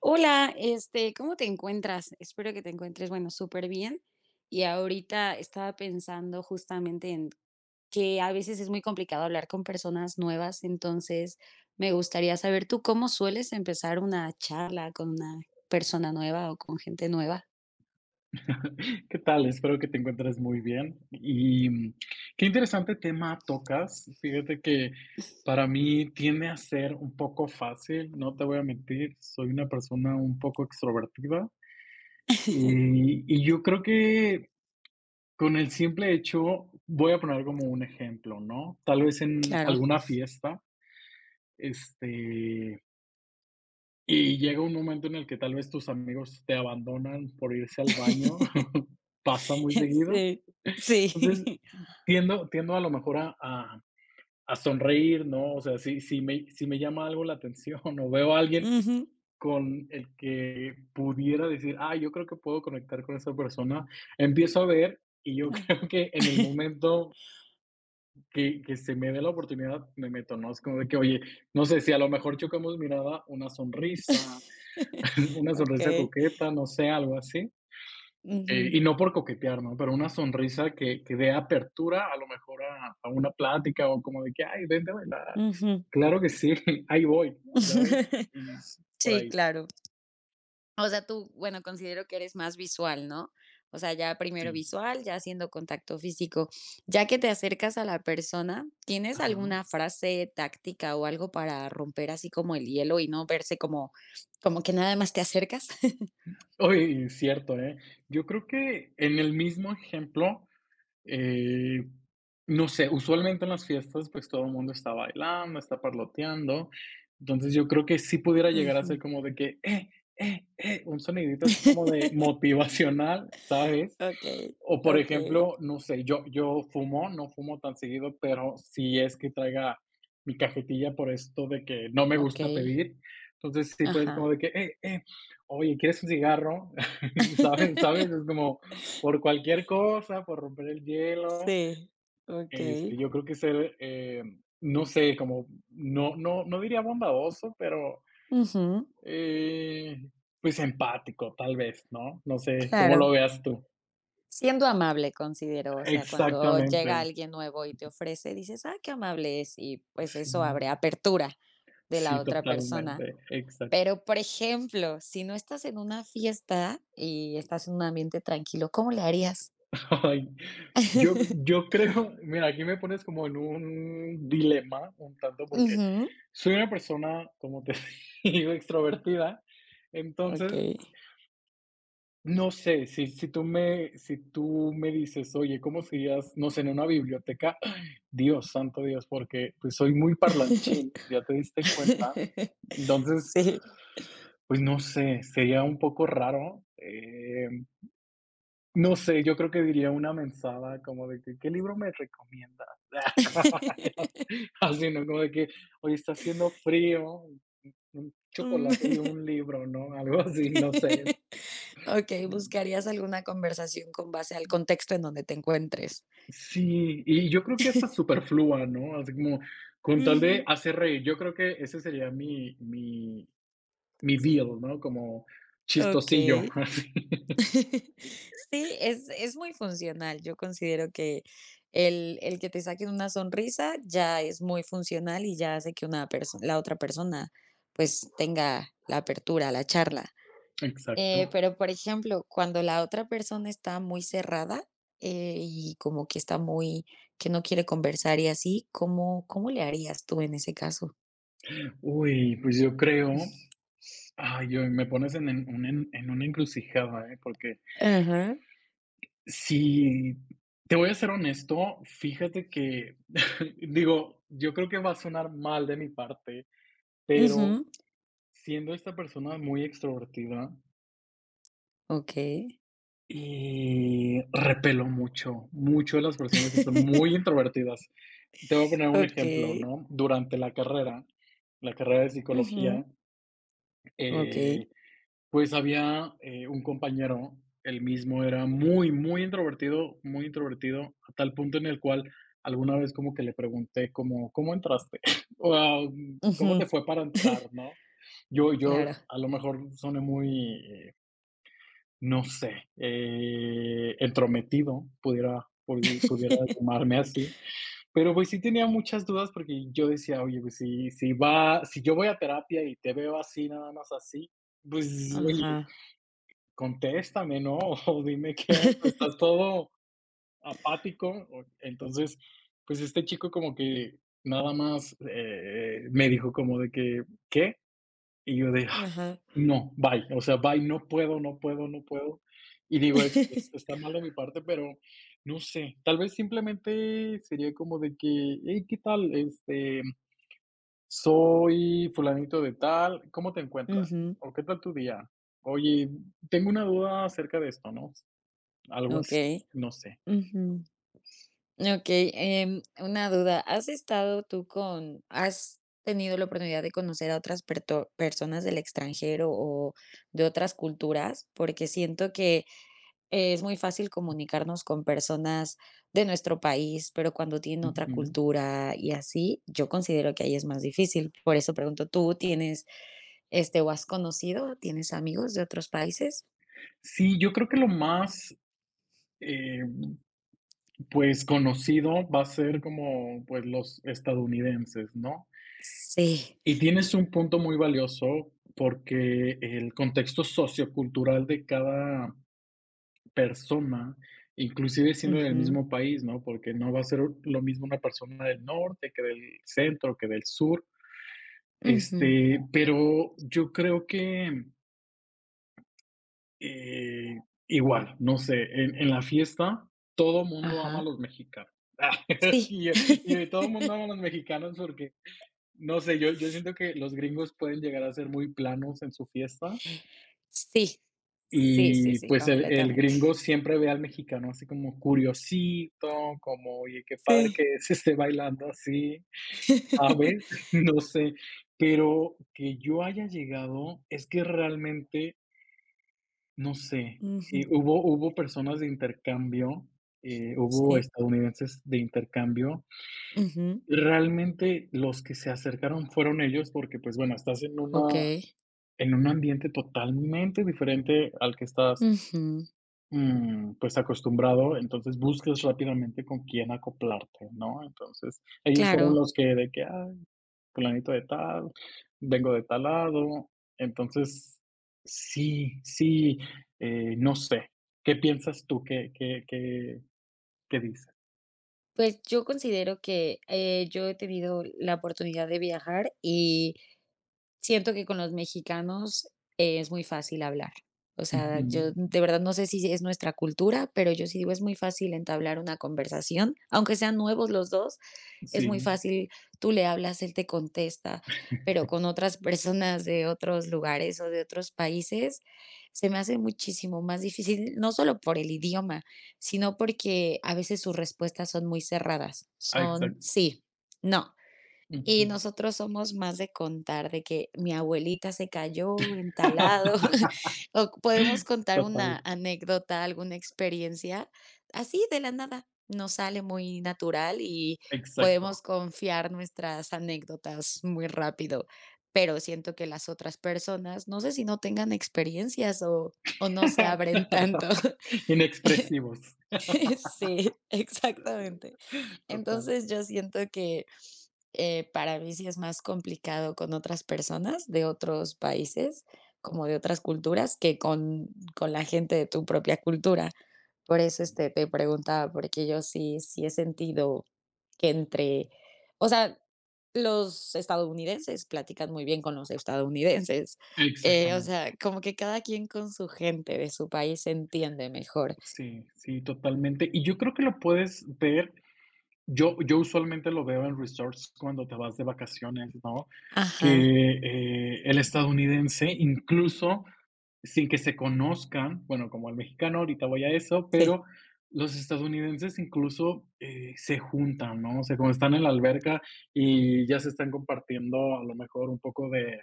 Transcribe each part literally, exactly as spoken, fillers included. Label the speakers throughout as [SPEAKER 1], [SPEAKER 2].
[SPEAKER 1] Hola, este, ¿cómo te encuentras? Espero que te encuentres, bueno, súper bien. Y ahorita estaba pensando justamente en que a veces es muy complicado hablar con personas nuevas, entonces me gustaría saber tú cómo sueles empezar una charla con una persona nueva o con gente nueva.
[SPEAKER 2] ¿Qué tal? Espero que te encuentres muy bien. Y mm, qué interesante tema tocas. Fíjate que para mí tiende a ser un poco fácil, no te voy a mentir. Soy una persona un poco extrovertida y, y yo creo que con el simple hecho, voy a poner como un ejemplo, ¿no? Tal vez en
[SPEAKER 1] Claro.
[SPEAKER 2] alguna fiesta, este, y llega un momento en el que tal vez tus amigos te abandonan por irse al baño, pasa muy seguido.
[SPEAKER 1] Sí,
[SPEAKER 2] Entonces,
[SPEAKER 1] sí.
[SPEAKER 2] Tiendo tiendo a lo mejor a a a sonreír, ¿no? O sea, si si me si me llama algo la atención o veo a alguien
[SPEAKER 1] Ujú.
[SPEAKER 2] con el que pudiera decir: "Ah, yo creo que puedo conectar con esa persona", empiezo a ver y yo creo que en el momento que que se me dé la oportunidad, me meto, ¿no? Es como de que, oye, no sé, si a lo mejor chocamos mirada, una sonrisa, una sonrisa
[SPEAKER 1] Okey.
[SPEAKER 2] coqueta, no sé, algo así. Eh,
[SPEAKER 1] Ujú,
[SPEAKER 2] y no por coquetear, ¿no? Pero una sonrisa que, que dé apertura a lo mejor a, a una plática o como de que, ay, vente a bailar.
[SPEAKER 1] ujú.
[SPEAKER 2] Claro que sí, ahí voy, ¿sabes? Y por
[SPEAKER 1] Sí,
[SPEAKER 2] ahí,
[SPEAKER 1] claro. O sea, tú, bueno, considero que eres más visual, ¿no? O sea, ya primero
[SPEAKER 2] sí.
[SPEAKER 1] visual, ya haciendo contacto físico. Ya que te acercas a la persona, ¿tienes
[SPEAKER 2] Ajá.
[SPEAKER 1] alguna frase táctica o algo para romper así como el hielo y no verse como como que nada más te acercas?
[SPEAKER 2] Oye, cierto, ¿eh? Yo creo que en el mismo ejemplo. Eh, no sé, usualmente en las fiestas, pues, todo el mundo está bailando, está parloteando. Entonces, yo creo que sí pudiera llegar a ser
[SPEAKER 1] Ujú.
[SPEAKER 2] como de que, eh, eh, eh, un sonidito así como de motivacional, ¿sabes?
[SPEAKER 1] Okey,
[SPEAKER 2] O, por
[SPEAKER 1] okey.
[SPEAKER 2] ejemplo, no sé, yo yo fumo, no fumo tan seguido, pero sí es que traiga mi cajetilla por esto de que no me gusta
[SPEAKER 1] Okey,
[SPEAKER 2] pedir. Entonces, sí, puedes como
[SPEAKER 1] ajá.
[SPEAKER 2] de que, eh, eh, oye, ¿quieres un cigarro? ¿Sabes? ¿Sabes? Es como, por cualquier cosa, por romper el hielo,
[SPEAKER 1] Sí, okey.
[SPEAKER 2] este, yo creo que ser, eh, no sé, como no no no diría bondadoso, pero,
[SPEAKER 1] Ujú,
[SPEAKER 2] eh, pues, empático, tal vez, ¿no? No sé, ¿cómo lo
[SPEAKER 1] claro.
[SPEAKER 2] veas tú?
[SPEAKER 1] Siendo amable, considero, o sea, cuando
[SPEAKER 2] Exactamente.
[SPEAKER 1] llega alguien nuevo y te ofrece, dices, ah, qué amable es, y pues
[SPEAKER 2] Sí,
[SPEAKER 1] eso abre apertura de la
[SPEAKER 2] sí,
[SPEAKER 1] Claro. otra persona.
[SPEAKER 2] totalmente, exacto.
[SPEAKER 1] Pero, por ejemplo, si no estás en una fiesta y estás en un ambiente tranquilo, ¿cómo le harías?
[SPEAKER 2] Ay, yo yo creo, mira, aquí me pones como en un dilema un tanto, porque
[SPEAKER 1] Ujú,
[SPEAKER 2] soy una persona, como te digo, extrovertida, entonces
[SPEAKER 1] okey.
[SPEAKER 2] no sé, si si tú me si tú me dices: "Oye, ¿cómo serías, no sé, en una biblioteca?". Dios, santo Dios, porque, pues, soy muy parlanchín, ya te diste cuenta. Entonces,
[SPEAKER 1] Sí.
[SPEAKER 2] pues, no sé, sería un poco raro, em, no sé, yo creo que diría una mensada como de que: "¿Qué libro me recomiendas?". Así, ¿no? Como de que: hoy está haciendo frío, un
[SPEAKER 1] Mm.
[SPEAKER 2] chocolate y un libro", ¿no? Algo así, no sé.
[SPEAKER 1] Okey, buscarías alguna conversación con base al contexto en donde te encuentres.
[SPEAKER 2] Sí, y yo creo que hasta superflua, ¿no? Así como con tal de
[SPEAKER 1] Ujú.
[SPEAKER 2] hacer reír. Yo creo que ese sería mi mi mi deal, ¿no? Como chistosillo,
[SPEAKER 1] Okey.
[SPEAKER 2] así.
[SPEAKER 1] Sí, es es muy funcional. Yo considero que el el que te saquen una sonrisa ya es muy funcional y ya hace que una perso la otra persona, pues, tenga la apertura a la charla.
[SPEAKER 2] Exacto.
[SPEAKER 1] Eh, pero, por ejemplo, cuando la otra persona está muy cerrada, eh, y como que está muy que no quiere conversar y así, ¿cómo cómo le harías tú en ese caso?
[SPEAKER 2] Uy, pues yo creo, ay, yo me pones en en un en en una encrucijada, ¿eh? Porque
[SPEAKER 1] Ajá.
[SPEAKER 2] si te voy a ser honesto, fíjate que digo, yo creo que va a sonar mal de mi parte, pero
[SPEAKER 1] Ujú.
[SPEAKER 2] siendo esta persona muy extrovertida,
[SPEAKER 1] Okey.
[SPEAKER 2] y repelo mucho, mucho a las personas que son muy introvertidas. Te voy a poner un ejemplo,
[SPEAKER 1] Okey.
[SPEAKER 2] ¿no? Durante la carrera, la carrera de
[SPEAKER 1] Ujú.
[SPEAKER 2] psicología, eh,
[SPEAKER 1] Okey.
[SPEAKER 2] pues había eh, un compañero, él mismo era muy, muy introvertido, muy introvertido, a tal punto en el cual alguna vez como que le pregunté como, ¿cómo entraste? O, ah, ¿cómo te
[SPEAKER 1] Ujú.
[SPEAKER 2] fue para entrar, no? Yo, yo
[SPEAKER 1] Claro.
[SPEAKER 2] a lo mejor soné muy eh, no sé, eh, entrometido, pudiera pudi pudiera llamarme así, pero, pues, sí tenía muchas dudas porque yo decía: "Oye, pues, si si va si yo voy a terapia y te veo así, nada más así, pues, oye,
[SPEAKER 1] Ajá.
[SPEAKER 2] contéstame, ¿no? O dime qué onda, estás todo apático". O entonces, pues, este chico como que nada más, eh, me dijo como de que: "¿Qué?". Y yo de: "Ay,
[SPEAKER 1] Ajá.
[SPEAKER 2] no, bye". O sea, bye, no puedo, no puedo, no puedo. Y digo, es es está mal de mi parte, pero no sé, tal vez simplemente sería como de que: "Hey, ¿qué tal? Este, soy fulanito de tal, ¿cómo te encuentras?
[SPEAKER 1] Ujú.
[SPEAKER 2] ¿O qué tal tu día? Oye, tengo una duda acerca de esto", ¿no? Algo así,
[SPEAKER 1] Okey.
[SPEAKER 2] no sé.
[SPEAKER 1] Ujú. Okey, em, una duda, ¿has estado tú con has tenido la oportunidad de conocer a otras perto personas del extranjero o de otras culturas? Porque siento que Eh, es muy fácil comunicarnos con personas de nuestro país, pero cuando tienen otra
[SPEAKER 2] Ujú.
[SPEAKER 1] cultura y así, yo considero que ahí es más difícil. Por eso pregunto, ¿tú tienes, este, o has conocido, tienes amigos de otros países?
[SPEAKER 2] Sí, yo creo que lo más, eh, pues, conocido va a ser como, pues, los estadounidenses, ¿no?
[SPEAKER 1] Sí.
[SPEAKER 2] Y tienes un punto muy valioso porque el contexto sociocultural de cada persona, inclusive siendo del
[SPEAKER 1] Ujú,
[SPEAKER 2] mismo país, ¿no? Porque no va a ser lo mismo una persona del norte que del centro, que del sur.
[SPEAKER 1] ujú.
[SPEAKER 2] Este, pero yo creo que eh, igual, no sé, en, en la fiesta todo mundo ama a
[SPEAKER 1] Ajá.
[SPEAKER 2] los mexicanos.
[SPEAKER 1] Sí.
[SPEAKER 2] Y, y todo el mundo ama a los mexicanos porque, no sé, yo, yo siento que los gringos pueden llegar a ser muy planos en su fiesta.
[SPEAKER 1] Sí. Sí, sí,
[SPEAKER 2] Y
[SPEAKER 1] sí,
[SPEAKER 2] pues el, el
[SPEAKER 1] completamente.
[SPEAKER 2] gringo siempre ve al mexicano así como curiosito, como, oye, qué padre
[SPEAKER 1] Sí.
[SPEAKER 2] que se esté bailando así, ¿sabes? No sé, pero que yo haya llegado es que realmente, no sé,
[SPEAKER 1] Ujú,
[SPEAKER 2] eh, hubo, hubo personas de intercambio, eh, hubo
[SPEAKER 1] sí.
[SPEAKER 2] estadounidenses de intercambio.
[SPEAKER 1] Ujú.
[SPEAKER 2] Realmente los que se acercaron fueron ellos porque, pues bueno, estás en una,
[SPEAKER 1] Okey.
[SPEAKER 2] en un ambiente totalmente diferente al que estás,
[SPEAKER 1] Ujú.
[SPEAKER 2] mm, pues, acostumbrado, entonces buscas rápidamente con quién acoplarte, ¿no? Entonces, ellos fueron
[SPEAKER 1] Claro.
[SPEAKER 2] los que de que: "Ay, fulanito de tal, vengo de tal lado". Entonces, sí, sí, eh, no sé, ¿qué piensas tú? ¿Qué qué qué qué dice?
[SPEAKER 1] Pues yo considero que, eh, yo he tenido la oportunidad de viajar y siento que con los mexicanos eh, es muy fácil hablar. O sea,
[SPEAKER 2] Ujú,
[SPEAKER 1] yo de verdad no sé si es nuestra cultura, pero yo sí digo, es muy fácil entablar una conversación, aunque sean nuevos los dos, es
[SPEAKER 2] sí,
[SPEAKER 1] muy fácil, tú le hablas, él te contesta, pero con otras personas de otros lugares o de otros países se me hace muchísimo más difícil, no solo por el idioma, sino porque a veces sus respuestas son muy cerradas,
[SPEAKER 2] ah,
[SPEAKER 1] son
[SPEAKER 2] exacto.
[SPEAKER 1] sí, no, y
[SPEAKER 2] Ujú.
[SPEAKER 1] nosotros somos más de contar de que mi abuelita se cayó en tal lado, o podemos contar
[SPEAKER 2] Total,
[SPEAKER 1] una anécdota, alguna experiencia, así de la nada. Nos sale muy natural y podemos
[SPEAKER 2] exacto.
[SPEAKER 1] confiar nuestras anécdotas muy rápido, pero siento que las otras personas, no sé si no tengan experiencias o o no se abren tanto.
[SPEAKER 2] Inexpresivos.
[SPEAKER 1] Sí, exactamente.
[SPEAKER 2] Total,
[SPEAKER 1] Entonces, yo siento que, eh, para mí sí es más complicado con otras personas de otros países, como de otras culturas, que con con la gente de tu propia cultura. Por eso,
[SPEAKER 2] sí,
[SPEAKER 1] este, te preguntaba, porque yo sí sí he sentido que entre o sea, los estadounidenses platican muy bien con los estadounidenses, eh, o
[SPEAKER 2] exactamente.
[SPEAKER 1] sea, como que cada quien con su gente de su país se entiende mejor.
[SPEAKER 2] Sí, sí, totalmente. Y yo creo que lo puedes ver, yo yo usualmente lo veo en resorts cuando te vas de vacaciones, ¿no? Que,
[SPEAKER 1] Ajá,
[SPEAKER 2] eh, el estadounidense, incluso sin que se conozcan, bueno, como el mexicano, ahorita voy a eso,
[SPEAKER 1] sí.
[SPEAKER 2] pero los estadounidenses incluso, eh, se juntan, ¿no? O sea, como están en la alberca y ya se están compartiendo a lo mejor un poco de,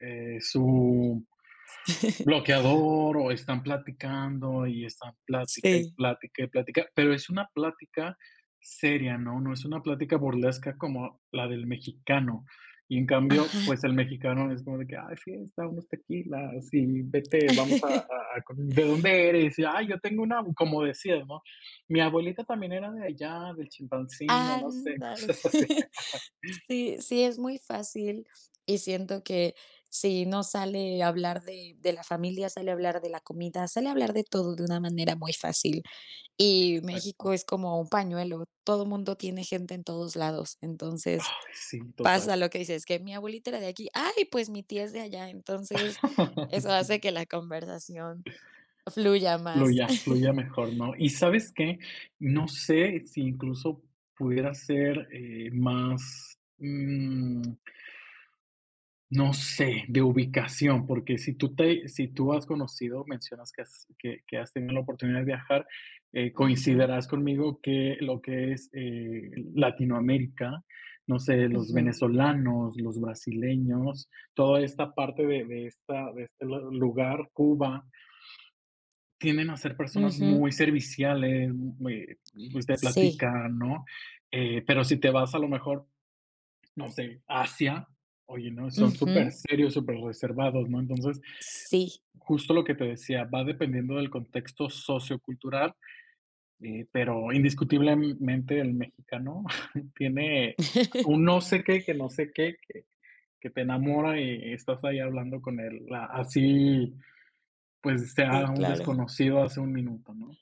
[SPEAKER 2] eh, su bloqueador, o están platicando, y están plática, y
[SPEAKER 1] Sí.
[SPEAKER 2] plática, y plática, pero es una plática seria, ¿no? No es una plática burlesca como la del mexicano. Y en
[SPEAKER 1] Ajá.
[SPEAKER 2] cambio, pues, el mexicano es como de que: "Ay, fiesta, unos tequilas, y vete, vamos a a a con ¿de dónde eres?". Y: "Ay, yo tengo una", como decías, ¿no? Mi abuelita también era de allá, del Chilpancingo, no sé,
[SPEAKER 1] Ándale.
[SPEAKER 2] cosas así.
[SPEAKER 1] Sí, sí, es muy fácil y siento que si no sale a hablar de de la familia, sale a hablar de la comida, sale a hablar de todo de una manera muy fácil. Y México
[SPEAKER 2] Exacto.
[SPEAKER 1] es como un pañuelo, todo mundo tiene gente en todos lados. Entonces,
[SPEAKER 2] Ay, sí, total.
[SPEAKER 1] pasa lo que dices, que mi abuelita era de aquí, ay, pues mi tía es de allá. Entonces, eso
[SPEAKER 2] Sí.
[SPEAKER 1] hace que la conversación fluya más.
[SPEAKER 2] Fluya, fluya mejor, ¿no? Y ¿sabes qué? No sé si incluso pudiera ser, eh, más, mm, no sé, de ubicación, porque si tú te si tú has conocido, mencionas que has que que has tenido la oportunidad de viajar, eh,
[SPEAKER 1] Ujú,
[SPEAKER 2] coincidirás conmigo que lo que es, eh, Latinoamérica, no sé, los
[SPEAKER 1] ujú.
[SPEAKER 2] venezolanos, los brasileños, toda esta parte de de esta de este lu lugar, Cuba, tienden a ser personas
[SPEAKER 1] Ujú.
[SPEAKER 2] muy serviciales, muy, pues, te
[SPEAKER 1] Sí,
[SPEAKER 2] platican, ¿no? Eh, pero si te vas a lo mejor, no sé, Asia, oye, ¿no? Son súper
[SPEAKER 1] ujú,
[SPEAKER 2] serios, súper reservados, ¿no? Entonces,
[SPEAKER 1] sí.
[SPEAKER 2] justo lo que te decía, va dependiendo del contexto sociocultural, eh, pero indiscutiblemente el mexicano tiene un no sé qué, que no sé qué, que, que te enamora y estás ahí hablando con él, la- así pues
[SPEAKER 1] Sí,
[SPEAKER 2] sea un
[SPEAKER 1] claro.
[SPEAKER 2] desconocido hace un minuto, ¿no?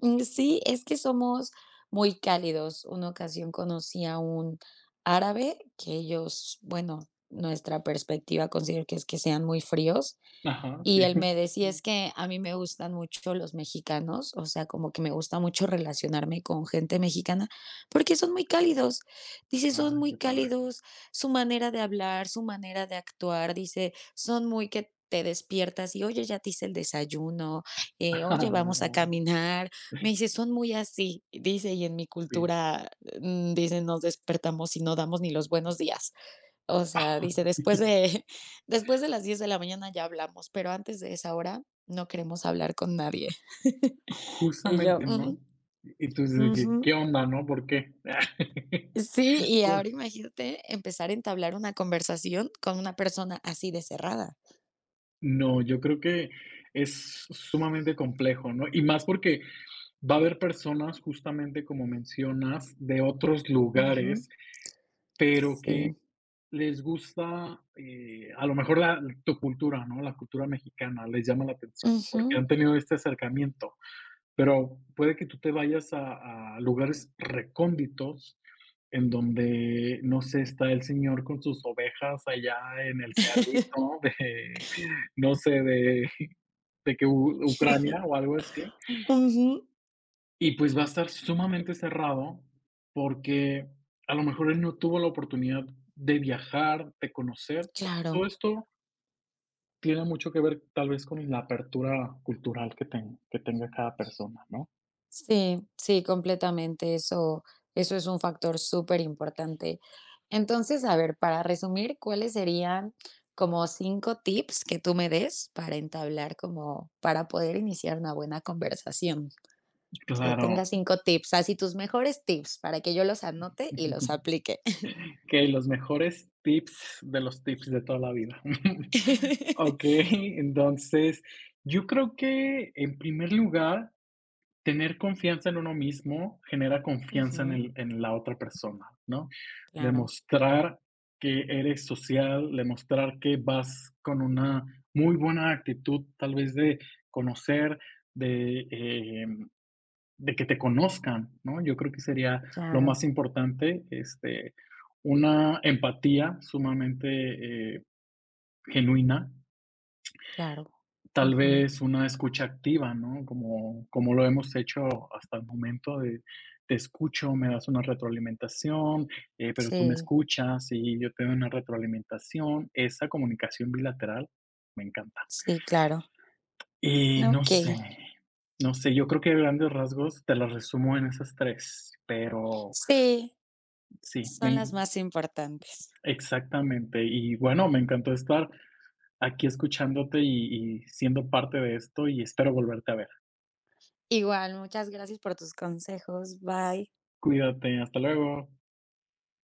[SPEAKER 1] Mm, sí, es que somos muy cálidos. Una ocasión conocí a un árabe que ellos, bueno, nuestra perspectiva considero que es que sean muy fríos,
[SPEAKER 2] Ajá, sí.
[SPEAKER 1] y él me decía: "Es que a mí me gustan mucho los mexicanos, o sea, como que me gusta mucho relacionarme con gente mexicana, porque son muy cálidos". Dice: "Son
[SPEAKER 2] Ay,
[SPEAKER 1] muy
[SPEAKER 2] qué padre.
[SPEAKER 1] cálidos, su manera de hablar, su manera de actuar", dice: "Son muy que te despiertas y, oye, ya te hice el desayuno, eh, oye, vamos a caminar". Me dice: "Son muy así", dice: "Y en mi
[SPEAKER 2] Sí.
[SPEAKER 1] cultura, mm", dice: "Nos despertamos y no damos ni los buenos días". O sea, dice: "Después de después de las diez de la mañana ya hablamos, pero antes de esa hora no queremos hablar con nadie". Y yo:
[SPEAKER 2] Justamente, ¿no?
[SPEAKER 1] "Ujú,
[SPEAKER 2] Y tú dices de
[SPEAKER 1] ujú".
[SPEAKER 2] ¿qué onda, no? ¿Por qué?
[SPEAKER 1] Sí, y
[SPEAKER 2] Pues,
[SPEAKER 1] ahora imagínate empezar a entablar una conversación con una persona así de cerrada.
[SPEAKER 2] no, yo creo que es sumamente complejo, ¿no? Y más porque va a haber personas, justamente como mencionas, de otros
[SPEAKER 1] Ujú.
[SPEAKER 2] lugares, pero que
[SPEAKER 1] Sí.
[SPEAKER 2] les gusta, eh, a lo mejor la tu cultura, ¿no? La cultura mexicana les llama la atención porque
[SPEAKER 1] Ujú.
[SPEAKER 2] han tenido este acercamiento. Pero puede que tú te vayas a a lugares recónditos en donde, no sé, está el señor con sus ovejas allá en el cerrito de, no sé, de de que U Ucrania o algo así,
[SPEAKER 1] Ujú.
[SPEAKER 2] y pues va a estar sumamente cerrado porque a lo mejor él no tuvo la oportunidad de viajar, de conocer, porque
[SPEAKER 1] Claro.
[SPEAKER 2] todo esto tiene mucho que ver tal vez con la apertura cultural que ten que tenga cada persona, ¿no?
[SPEAKER 1] Sí, sí, completamente. Eso, eso es un factor súper importante. Entonces, a ver, para resumir, ¿cuáles serían como cinco tips que tú me des para entablar como, para poder iniciar una buena conversación? Que tenga
[SPEAKER 2] Claro.
[SPEAKER 1] cinco tips, así tus mejores tips para que yo los anote y los aplique.
[SPEAKER 2] Okey, los mejores tips de los tips de toda la vida. Okey, entonces, yo creo que, en primer lugar, tener confianza en uno mismo genera confianza en
[SPEAKER 1] Ujú,
[SPEAKER 2] el en la otra persona, ¿no?
[SPEAKER 1] claro,
[SPEAKER 2] Demostrar que eres social, demostrar que vas con una muy buena actitud, tal vez de conocer, de, eh de que te conozcan, ¿no? Yo creo que sería lo
[SPEAKER 1] claro,
[SPEAKER 2] más importante, este, una empatía sumamente, eh, genuina,
[SPEAKER 1] claro.
[SPEAKER 2] tal
[SPEAKER 1] Ujú,
[SPEAKER 2] vez una escucha activa, ¿no? Como como lo hemos hecho hasta el momento de te escucho, me das una retroalimentación, eh, pero tú me
[SPEAKER 1] sí,
[SPEAKER 2] escuchas y yo te doy una retroalimentación. Esa comunicación bilateral me encanta.
[SPEAKER 1] sí, claro.
[SPEAKER 2] Y no
[SPEAKER 1] Ok,
[SPEAKER 2] sé, no sé, yo creo que a grandes rasgos te las resumo en esas tres, pero
[SPEAKER 1] sí,
[SPEAKER 2] sí, me
[SPEAKER 1] son las
[SPEAKER 2] en,
[SPEAKER 1] más importantes.
[SPEAKER 2] exactamente. Y bueno, me encantó estar aquí escuchándote y y siendo parte de esto, y espero volverte a ver.
[SPEAKER 1] Igual, muchas gracias por tus consejos. Bye.
[SPEAKER 2] Cuídate, hasta luego.